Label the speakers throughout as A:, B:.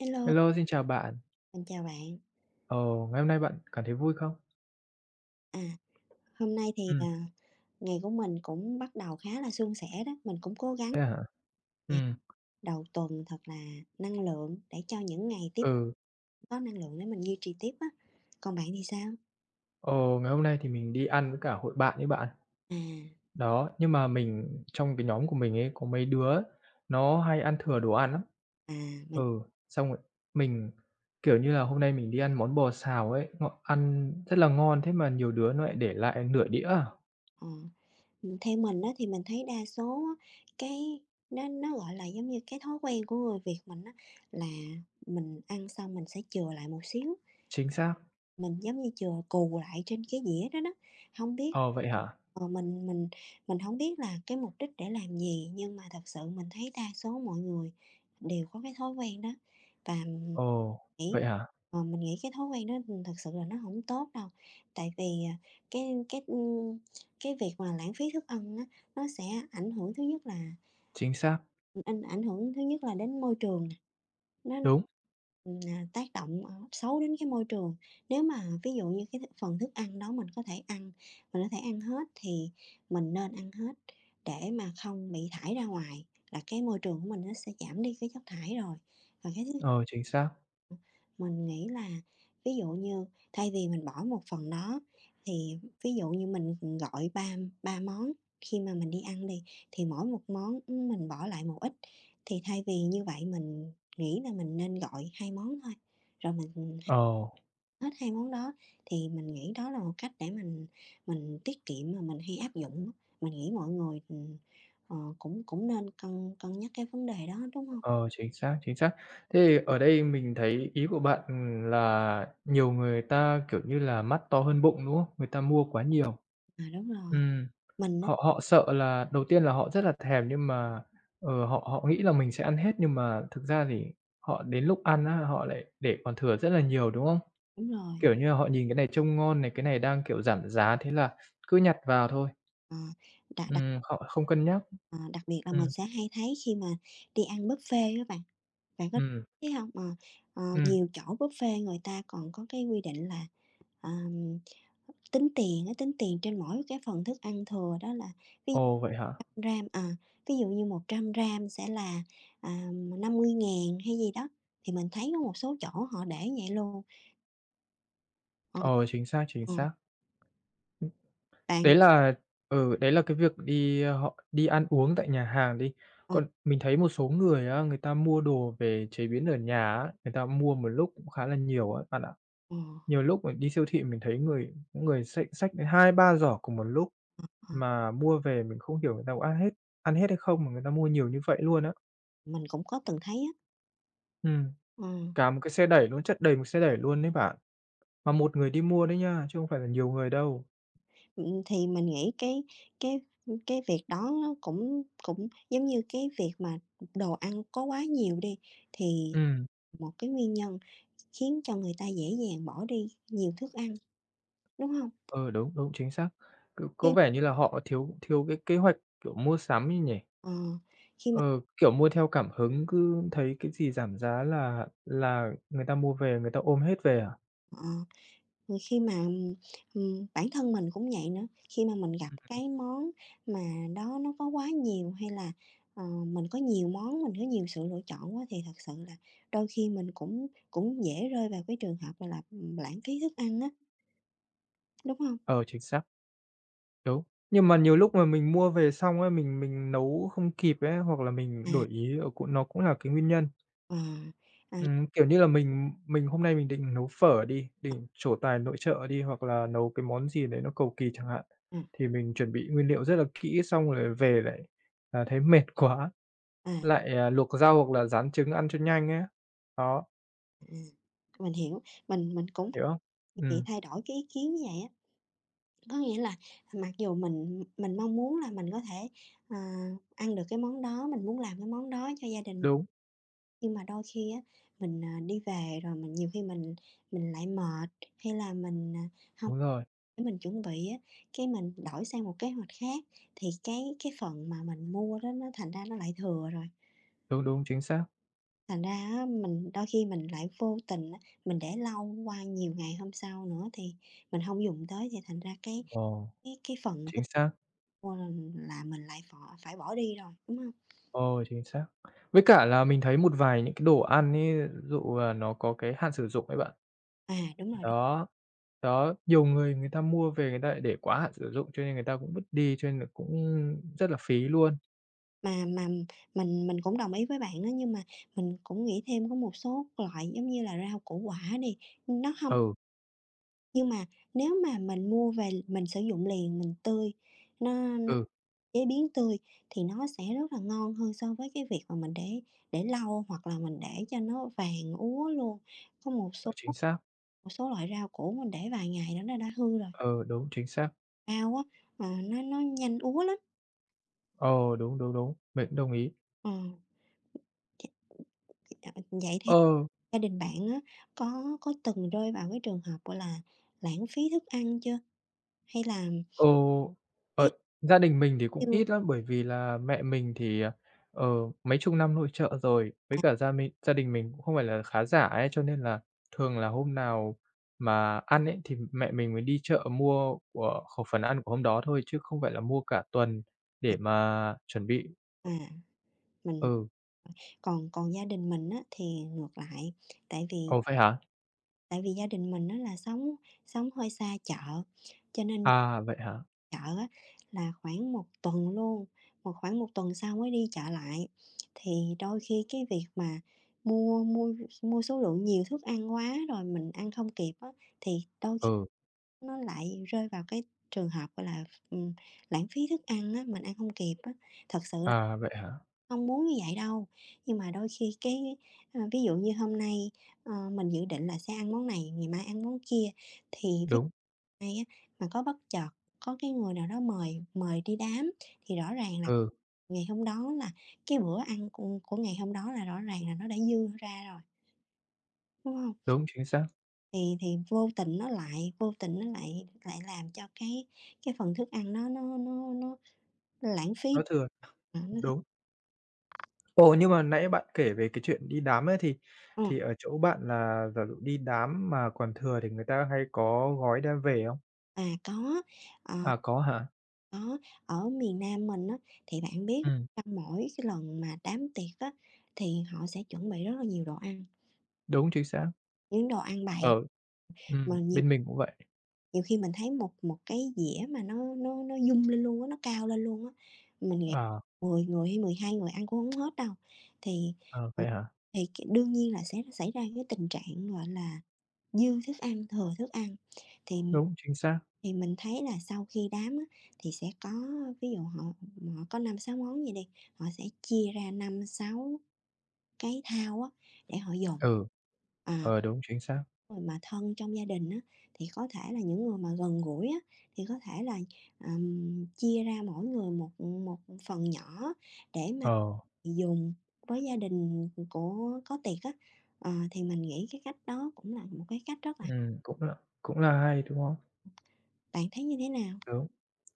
A: Hello,
B: Hello, xin chào bạn.
A: mình chào bạn.
B: Ồ, ngày hôm nay bạn cảm thấy vui không?
A: À, hôm nay thì,
B: Ừm.
A: ngày của mình cũng bắt đầu khá là suôn sẻ đó, mình cũng cố gắng
B: Thế hả? Ừm.
A: đầu tuần thật là năng lượng để cho những ngày tiếp
B: Ừ,
A: có năng lượng để mình duy trì tiếp á. Còn bạn thì sao?
B: ồ, ngày hôm nay thì mình đi ăn với cả hội bạn ấy bạn.
A: À,
B: Đó, nhưng mà mình trong cái nhóm của mình ấy có mấy đứa nó hay ăn thừa đồ ăn lắm.
A: à, mình,
B: Ừ, xong rồi mình, kiểu như là, hôm nay mình đi ăn món bò xào ấy, ngọ ăn rất là ngon, thế mà nhiều đứa nó lại để lại nửa đĩa à?
A: ờ, theo mình á thì mình thấy đa số á, cái nó, gọi là, giống như cái thói quen của người Việt mình á là mình ăn xong mình sẽ chừa lại một xíu,
B: Chính xác.
A: mình giống như chừa cù lại trên cái dĩa đó đó. Không biết
B: Ờ, vậy hả?
A: Ờ, mình không biết là cái mục đích để làm gì, nhưng mà thật sự mình thấy đa số mọi người đều có cái thói quen đó. Và mình
B: Ồ,
A: nghĩ
B: vậy hả?
A: ờ, Mình nghĩ cái thói quen đó, ừ, thật sự là nó không tốt đâu. Tại vì, cái cái, ừ, cái việc mà lãng phí thức ăn á, nó sẽ ảnh hưởng thứ nhất là
B: Chính xác,
A: ảnh hưởng thứ nhất là đến môi trường nè,
B: đúng,
A: tác động, xấu đến cái môi trường. Nếu mà ví dụ như cái phần thức ăn đó mình có thể ăn, mình có thể ăn hết thì mình nên ăn hết để mà không bị thải ra ngoài, là cái môi trường của mình nó sẽ giảm đi cái chất thải rồi. Và cái thứ
B: ờ, chính xác.
A: mình nghĩ là ví dụ như thay vì mình bỏ một phần đó thì ví dụ như mình, gọi ba ba món khi mà mình đi ăn đi, thì mỗi một món, mình bỏ lại một ít, thì thay vì như vậy mình nghĩ là mình nên gọi 2 món thôi, rồi mình,
B: Ờ.
A: hết 2 món đó thì mình nghĩ đó là một cách để mình tiết kiệm mà mình hay áp dụng á. Mình nghĩ mọi người, cũng cũng nên cân cân nhắc cái vấn đề đó, đúng không?
B: Ờ, chính xác, chính xác. Thế thì ở đây mình thấy ý của bạn, ừ, là nhiều người ta, kiểu như là, mắt to hơn bụng, đúng không? Người ta mua quá nhiều.
A: À, đúng rồi,
B: Ừm,
A: mình á
B: họ họ sợ là đầu tiên là họ rất là thèm nhưng mà, ờ, họ họ nghĩ là mình sẽ ăn hết nhưng mà thực ra thì họ đến lúc ăn á, họ lại để còn thừa rất là nhiều, đúng không?
A: đúng rồi,
B: Kiểu như là, họ nhìn cái này trông ngon này, cái này đang, kiểu, giảm giá, thế là cứ nhặt vào thôi,
A: ờ, đặt đặt
B: họ không cân nhắc.
A: Ờ, đặc biệt là mình
B: Ừm,
A: sẽ hay thấy khi mà đi ăn buffet á bạn, bạn có
B: ừm,
A: thấy không? Ờ,
B: ừm.
A: Nhiều chỗ buffet người ta còn có cái quy định là, ờm, tính tiền á, tính tiền trên mỗi cái phần thức ăn thừa đó là ví
B: Ồ, vậy hả?
A: 100 g à, ví dụ như 100 g sẽ là, à, 50.000 hay gì đó, thì mình thấy có một số chỗ họ để vậy luôn. Ờ,
B: Ờ, chính xác, chính
A: ờ,
B: xác.
A: bạn
B: Đấy là ừ, đấy là cái việc đi, ờ, họ đi ăn uống tại nhà hàng đi.
A: ờ,
B: Còn mình thấy một số người á, người ta mua đồ về chế biến ở nhà á, người ta mua một lúc cũng khá là nhiều á, bạn ạ.
A: ờ,
B: Nhiều lúc mình đi siêu thị mình thấy người có người xách xách đến 2, 3 giỏ cùng một lúc,
A: ờ,
B: mà mua về mình không hiểu người ta có ăn hết hay không mà người ta mua nhiều như vậy luôn á.
A: Mình cũng có từng thấy á,
B: Ừm,
A: ờ.
B: cả một cái xe đẩy luôn, chất đầy một xe đẩy luôn đấy bạn, mà một người đi mua đấy nha, chứ không phải là nhiều người đâu.
A: Thì mình nghĩ cái, cái việc đó nó cũng cũng giống như cái việc mà đồ ăn có quá nhiều đi, thì
B: Ừm.
A: một cái nguyên nhân khiến cho người ta dễ dàng bỏ đi nhiều thức ăn, đúng không?
B: Ờ, đúng, đúng, chính xác. C có
A: Khi
B: vẻ như là họ thiếu thiếu cái kế hoạch, kiểu, mua sắm ấy nhỉ?
A: ờ, khi
B: Ờ, kiểu, mua theo cảm hứng, cứ thấy cái gì giảm giá là người ta mua về, người ta ôm hết về à?
A: Ờ, Khi mà, bản thân mình cũng vậy nữa, khi mà mình gặp
B: Ừm.
A: cái món mà đó nó có quá nhiều hay là, mình có nhiều món, mình có nhiều sự lựa chọn quá thì thật sự là đôi khi mình cũng cũng dễ rơi vào cái trường hợp mà là, lãng phí thức ăn á, đúng không?
B: Ờ, chính xác, đúng. Nhưng mà nhiều lúc mà mình mua về xong ấy mình nấu không kịp ấy, hoặc là mình
A: À,
B: đổi ý, ờ, cũng nó cũng là cái nguyên nhân.
A: ờ, à,
B: Kiểu như là, mình hôm nay mình định nấu phở đi, định trổ tài nội trợ đi, hoặc là nấu cái món gì đấy nó cầu kỳ chẳng hạn,
A: à,
B: thì mình chuẩn bị nguyên liệu rất là kỹ, xong rồi về lại, à, thấy mệt quá,
A: à,
B: lại, à, luộc rau hoặc là rán trứng ăn cho nhanh ấy. Đó,
A: à, mình hiểu, mình cũng
B: hiểu không?
A: bị
B: Ừm,
A: thay đổi cái ý kiến như vậy á. Có nghĩa là mặc dù mình mong muốn là mình có thể, ờ, ăn được cái món đó, mình muốn làm cái món đó cho gia đình mình,
B: đúng,
A: nhưng mà đôi khi á, mình, đi về rồi mình nhiều khi mình lại mệt, hay là mình, hông
B: đúng rồi,
A: để mình chuẩn bị á, cái mình đổi sang một kế hoạch khác thì cái phần mà mình mua đó nó thành ra nó lại thừa rồi.
B: đúng, đúng, chính xác.
A: Thành ra á, mình đôi khi mình lại vô tình á, mình để lâu qua nhiều ngày hôm sau nữa thì mình không dùng tới thì thành ra cái
B: Ồ,
A: cái cái phần
B: chính xác,
A: Ôi, là mình lại phải bỏ đi rồi, đúng hông?
B: ồ, chính xác. Với cả là mình thấy một vài những cái đồ ăn ấy, dụ, à, nó có cái hạn sử dụng ấy bạn.
A: À, đúng rồi, đúng.
B: Đó. Đó, nhiều người người ta mua về người ta lại để quá hạn sử dụng, cho nên người ta cũng vứt đi, cho nên là cũng rất là phí luôn.
A: Mà mình cũng đồng ý với bạn á, nhưng mà mình cũng nghĩ thêm có một số loại giống như là rau củ quả đi, nó hông
B: Ừ,
A: nhưng mà nếu mà mình mua về mình sử dụng liền, mình tươi, nó
B: ừ,
A: chế biến tươi thì nó sẽ rất là ngon hơn so với cái việc mà mình để lâu hoặc là mình để cho nó vàng úa luôn. Có
B: ờ, chính xác.
A: một số loại rau củ mình để vài ngày nó đã hư rồi,
B: Ờ, đúng, chính xác.
A: rau á, nó nhanh úa lắm.
B: Ờ, đúng, đúng, đúng, mình cũng đồng ý.
A: Ờ, ch Vậy thì
B: Ờ.
A: gia đình bạn á, có từng rơi vào cái trường hợp, gọi là, lãng phí thức ăn chưa? Hay là
B: Ừ, ờ,
A: cái
B: gia đình mình thì cũng
A: như
B: ít lắm, bởi vì là mẹ mình thì, ờ, ờ, mấy chục năm nội trợ rồi, với cả gia đình mình cũng không phải là khá giả ấy, cho nên là thường là hôm nào mà ăn ấy, thì mẹ mình mới đi chợ mua của khẩu phần ăn của hôm đó thôi, chứ không phải là mua cả tuần để mà chuẩn bị.
A: mà mình
B: Ừ.
A: còn còn gia đình mình á, thì ngược lại, tại vì
B: Ồ, vậy hả?
A: tại vì gia đình mình á, là sống sống hơi xa chợ, cho nên
B: À, vậy hả?
A: chợ á, là khoảng một tuần luôn, một khoảng một tuần sau mới đi chợ lại. Thì đôi khi cái việc mà mua mua mua số lượng nhiều thức ăn quá rồi mình ăn không kịp á, thì đôi khi
B: Ừ,
A: nó lại rơi vào cái trường hợp, gọi là, ừm, lãng phí thức ăn á, mình ăn không kịp á. Thật sự là
B: à, vậy hả?
A: không muốn như vậy đâu, nhưng mà đôi khi cái, ví dụ như hôm nay, mình dự định là sẽ ăn món này, ngày mai ăn món kia, thì ví
B: Đúng,
A: dụ nay á, mà có bất chợt có cái người nào đó mời mời đi đám thì rõ ràng là
B: ừ,
A: ngày hôm đó là cái bữa ăn của ngày hôm đó là rõ ràng là nó đã dư ra rồi, đúng không?
B: đúng, chính xác,
A: Thì thì vô tình nó lại vô tình nó lại lại làm cho cái phần thức ăn nó lãng phí.
B: nó thừa,
A: Ờ, nó thực
B: đúng. Ồ, nhưng mà nãy bạn kể về cái chuyện đi đám ấy,
A: ờ.
B: thì ở chỗ bạn là giả dụ đi đám mà còn thừa thì người ta hay có gói đem về không?
A: À, có, ờ,
B: À, có hả?
A: có, ở miền Nam mình á, thì bạn biết
B: Ừm,
A: trong mỗi cái lần mà đám tiệc á, thì họ sẽ chuẩn bị rất là nhiều đồ ăn,
B: đúng, chính xác.
A: những đồ ăn bày
B: Ờ,
A: mà nhiều
B: bên mình cũng vậy.
A: nhiều khi mình thấy một một cái dĩa mà nó dung lên luôn á, nó cao lên luôn á. Mình nghĩ
B: Ờ,
A: 10 người hay 12 người ăn cũng hổng hết đâu. Thì,
B: ờ,
A: ừm,
B: vậy hả?
A: thì c đương nhiên là sẽ xảy ra cái tình trạng, gọi là dư thức ăn, thừa thức ăn, thì
B: Đúng, chính xác.
A: thì mình thấy là sau khi đám á, thì sẽ có ví dụ họ họ có 5 6 món gì đi, họ sẽ chia ra 5 6 cái thao á, để họ dồn.
B: Ừ,
A: À,
B: ờ, đúng, chính xác.
A: người mà thân trong gia đình á, thì có thể là những người mà gần gũi á, thì có thể là, chia ra mỗi người một một phần nhỏ để mà
B: Ờ,
A: dùng với gia đình của có tiệc á. Ờ, thì mình nghĩ cái cách đó cũng là một cái cách rất là
B: ừm, cũng là cũng là hay, đúng không?
A: bạn thấy như thế nào?
B: Đúng.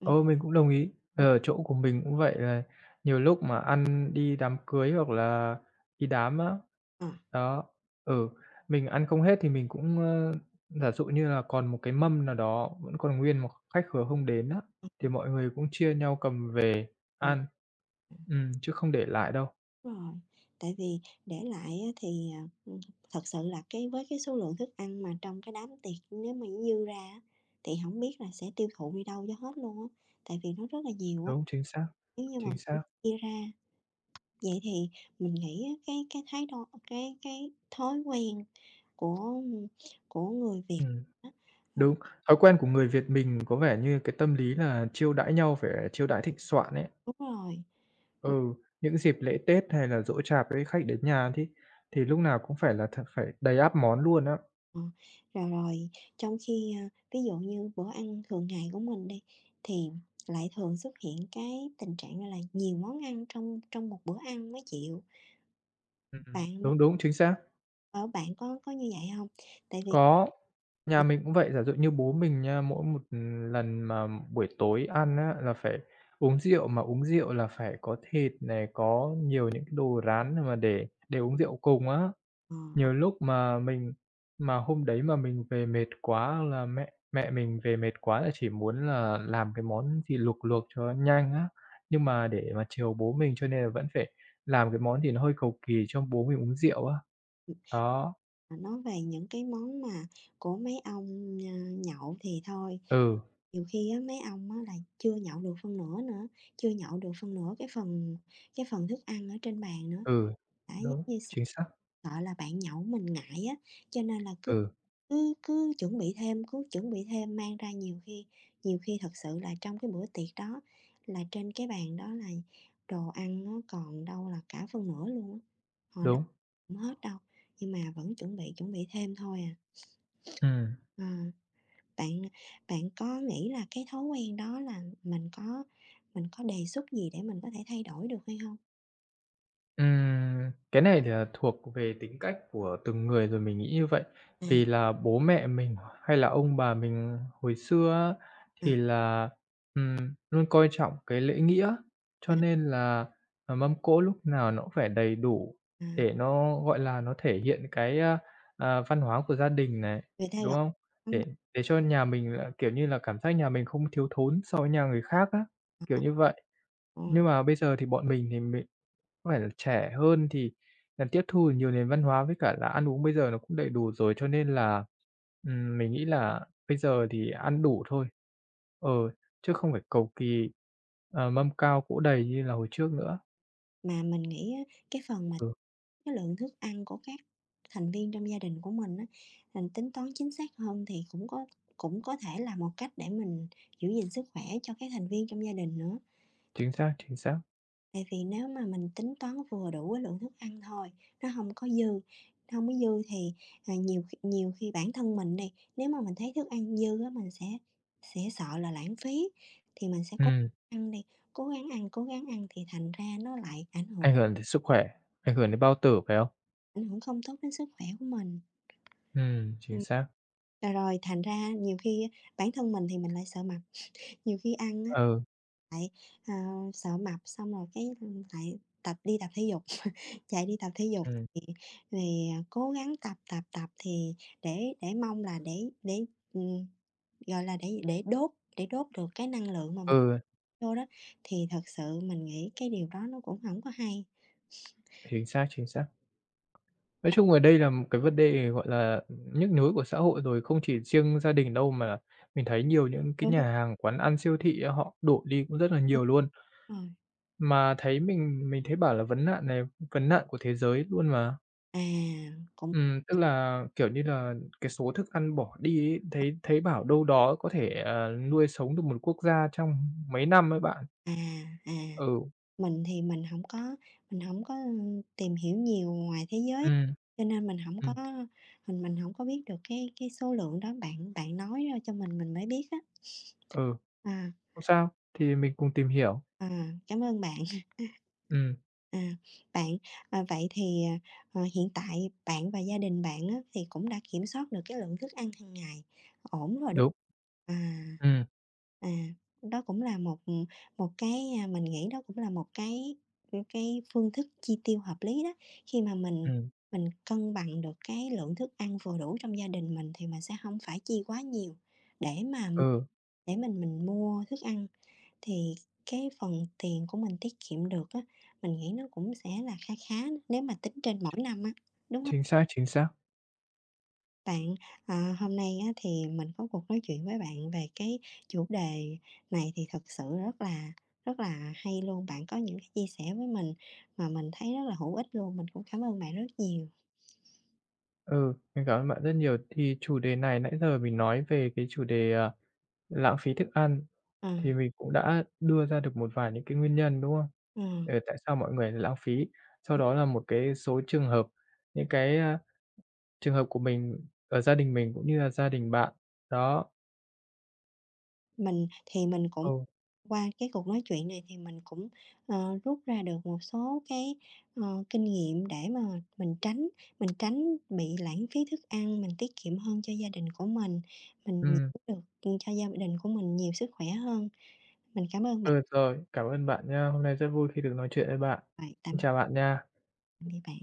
A: Ừm,
B: Ừ, mình cũng đồng ý.
A: ừm,
B: Ở chỗ của mình cũng vậy là nhiều lúc mà ăn đi đám cưới hoặc là đi đám á,
A: ờ,
B: đó, ừ, mình ăn không hết thì mình cũng, ơ, giả dụ như là còn một cái mâm nào đó vẫn còn nguyên mà khách khứa không đến á, thì mọi người cũng chia nhau cầm về
A: ờ,
B: ăn.
A: ừm,
B: Chứ không để lại đâu.
A: đúng rồi. Tại vì để lại á thì, thật sự là cái với cái số lượng thức ăn mà trong cái đám tiệc nếu mà dư ra á, thì không biết là sẽ tiêu thụ đi đâu cho hết luôn á, tại vì nó rất là nhiều á,
B: Đúng, chính xác,
A: nếu như mà
B: chính
A: mình
B: xác.
A: chia ra. Vậy thì mình nghĩ á cái thái độ cái thói quen của, của người Việt
B: Ừm,
A: á, ờ,
B: đúng. Thói quen của người Việt mình có vẻ như cái tâm lý là chiêu đãi nhau phải chiêu đãi thịnh soạn ấy.
A: đúng rồi.
B: Ừ, những dịp lễ Tết hay là giỗ chạp ấy, khách đến nhà thì lúc nào cũng phải là thật phải đầy ắp món luôn á.
A: Ờ, rồi, rồi, trong khi, ví dụ như bữa ăn thường ngày của mình đi, thì lại thường xuất hiện cái tình trạng, gọi là, nhiều món ăn trong trong một bữa ăn mới chịu.
B: Ừm, ừm.
A: Bạn b
B: Đúng, đúng, chính xác.
A: Ở bạn có như vậy không? Tại vì
B: Có, nhà
A: là,
B: mình cũng vậy, giả dụ như bố mình nha, mỗi một lần mà buổi tối ăn á là phải uống rượu, mà uống rượu là phải có thịt này, có nhiều những cái đồ rán mà để uống rượu cùng á.
A: ờ,
B: Nhiều lúc mà mình mà hôm đấy mà mình về mệt quá hoặc là mẹ mẹ mình về mệt quá là chỉ muốn là làm cái món gì luộc luộc cho nhanh á, nhưng mà để mà chiều bố mình cho nên là vẫn phải làm cái món thì nó hơi cầu kỳ cho bố mình uống rượu á. Đó,
A: ờ, nói về những cái món mà của mấy ông, nhậu thì thôi,
B: ừ,
A: nhiều khi á mấy ông á là chưa nhậu được phân nửa nữa, chưa nhậu được phân nửa cái phần thức ăn ở trên bàn nữa.
B: ừ,
A: Đã, giống
B: đúng,
A: như
B: chính xác,
A: sợ là bạn nhậu mình ngại á, cho nên là cứ
B: ừ,
A: cứ cứ chuẩn bị thêm, cứ chuẩn bị thêm mang ra nhiều khi thật sự là trong cái bữa tiệc đó là trên cái bàn đó là đồ ăn nó còn đâu là cả phân nửa luôn á, họ đâu
B: đúng,
A: cũng hết đâu, nhưng mà vẫn chuẩn bị thêm thôi à.
B: ừ.
A: Ờ, bạn bạn có nghĩ là cái thói quen đó là mình có đề xuất gì để mình có thể thay đổi được hay không?
B: Cái này thì là thuộc về tính cách của từng người rồi mình nghĩ như vậy.
A: À,
B: Vì là bố mẹ mình hay là ông bà mình hồi xưa á,
A: à,
B: thì là, ừm, luôn coi trọng cái lễ nghĩa, cho
A: à,
B: nên là, ờ, mâm cỗ lúc nào nó cũng phải đầy đủ
A: à,
B: để nó, gọi là, nó thể hiện cái, a, à, văn hóa của gia đình này,
A: về thay
B: đúng
A: đổi.
B: không?
A: Ừm.
B: Để để cho nhà mình là, kiểu như là, cảm giác nhà mình không thiếu thốn so với nhà người khác á, kiểu như vậy.
A: Ờ.
B: Nhưng mà bây giờ thì bọn mình thì mình có phải là trẻ hơn thì là tiếp thu được nhiều nền văn hóa với cả là ăn uống bây giờ nó cũng đầy đủ rồi, cho nên là, mình nghĩ là bây giờ thì ăn đủ thôi. Ừ, chứ không phải cầu kỳ, ờ, mâm cao cỗ đầy như là hồi trước nữa.
A: Mà mình nghĩ á, cái phần mà
B: Ừ,
A: cái lượng thức ăn của các thành viên trong gia đình của mình á, mình tính toán chính xác hơn thì cũng có thể là một cách để mình giữ gìn sức khỏe cho các thành viên trong gia đình nữa.
B: chính xác, chính xác.
A: Tại vì nếu mà mình tính toán vừa đủ cái lượng thức ăn thôi, nó không có dư, nó hông có dư thì, nhiều khi bản thân mình đi, nếu mà mình thấy thức ăn dư á, mình sẽ sợ là lãng phí, thì mình sẽ cố
B: Ừm,
A: gắng ăn đi, cố gắng ăn thì thành ra nó lại ảnh hưởng,
B: ảnh hưởng đến sức khỏe, ảnh hưởng đến bao tử, phải không?
A: ảnh hưởng không tốt đến sức khỏe của mình.
B: Chính
A: Ừm.
B: xác.
A: Và rồi thành ra nhiều khi á bản thân mình thì mình lại sợ mập, nhiều khi ăn á
B: Ừ,
A: lại, ờ, sợ mập xong rồi cái, lại tập đi tập thể dục, chạy đi tập thể dục
B: ừm,
A: thì cố gắng tập thì để mong là ừm, gọi là, để đốt đốt được cái năng lượng mà mình
B: ừ,
A: vô đó, thì thật sự mình nghĩ cái điều đó nó cũng hổng có hay.
B: chính xác, chính xác. Nói chung là đây là một cái vấn đề, gọi là, nhức nhối của xã hội rồi, không chỉ riêng gia đình đâu mà mình thấy nhiều những cái
A: Đúng
B: nhà
A: rồi,
B: hàng, quán ăn, siêu thị họ đổ đi cũng rất là
A: đúng
B: nhiều luôn.
A: rồi.
B: Mà thấy mình thấy bảo là vấn nạn của thế giới luôn mà.
A: À, cũng
B: Tức là, kiểu như là, cái số thức ăn bỏ đi ấy, thấy thấy bảo đâu đó có thể, ờ, nuôi sống được một quốc gia trong mấy năm ấy bạn.
A: à, à.
B: Ừ,
A: Mình thì mình không có, tìm hiểu nhiều ngoài thế giới,
B: ừm,
A: cho nên mình không có
B: ừm,
A: mình mình không có biết được cái số lượng đó, bạn bạn nói ra cho mình mới biết á.
B: ừ,
A: À,
B: không sao, thì mình cùng tìm hiểu.
A: cảm ơn bạn.
B: Ừm,
A: À, bạn, à, vậy thì, à, ờ, hiện tại bạn và gia đình bạn á, thì cũng đã kiểm soát được cái lượng thức ăn hàng ngày ổn rồi, đúng
B: đúng,
A: không? À.
B: ừm,
A: À, đó cũng là một, một cái, mình nghĩ đó cũng là một cái, cái phương thức chi tiêu hợp lý đó, khi mà mình
B: ừm,
A: mình cân bằng được cái lượng thức ăn vừa đủ trong gia đình mình thì mình sẽ không phải chi quá nhiều để mà
B: ừ,
A: để mình mua thức ăn thì cái phần tiền của mình tiết kiệm được á, mình nghĩ nó cũng sẽ là khá khá nếu mà tính trên mỗi năm á, đúng không
B: chính xác, chính xác.
A: bạn? À, hôm nay á, thì mình có cuộc nói chuyện với bạn về cái chủ đề này thì thật sự rất là hay luôn, bạn có những cái chia sẻ với mình mà mình thấy rất là hữu ích luôn, mình cũng cảm ơn bạn rất nhiều.
B: Ừ, mình cảm ơn bạn rất nhiều. Thì chủ đề này nãy giờ mình nói về cái chủ đề, à, lãng phí thức ăn,
A: Ờ,
B: thì mình cũng đã đưa ra được một vài những cái nguyên nhân, đúng không?
A: ờ,
B: Ờ, tại sao mọi người lại lãng phí? Sau đó là một cái số trường hợp, những cái, a, trường hợp của mình ở gia đình mình cũng như là gia đình bạn. Đó,
A: mình thì mình cũng
B: ừ,
A: qua cái cuộc nói chuyện này thì mình cũng, rút ra được một số cái, kinh nghiệm để mà mình tránh mình tránh bị lãng phí thức ăn, mình tiết kiệm hơn cho gia đình của mình
B: ừm,
A: giữ được, cho gia đình của mình nhiều sức khỏe hơn. Mình cảm ơn bạn,
B: ừ, rồi, cảm ơn bạn nha. Hôm nay rất vui khi được nói chuyện với bạn.
A: bạn
B: Xin chào bạn nha.
A: tạm biệt bạn.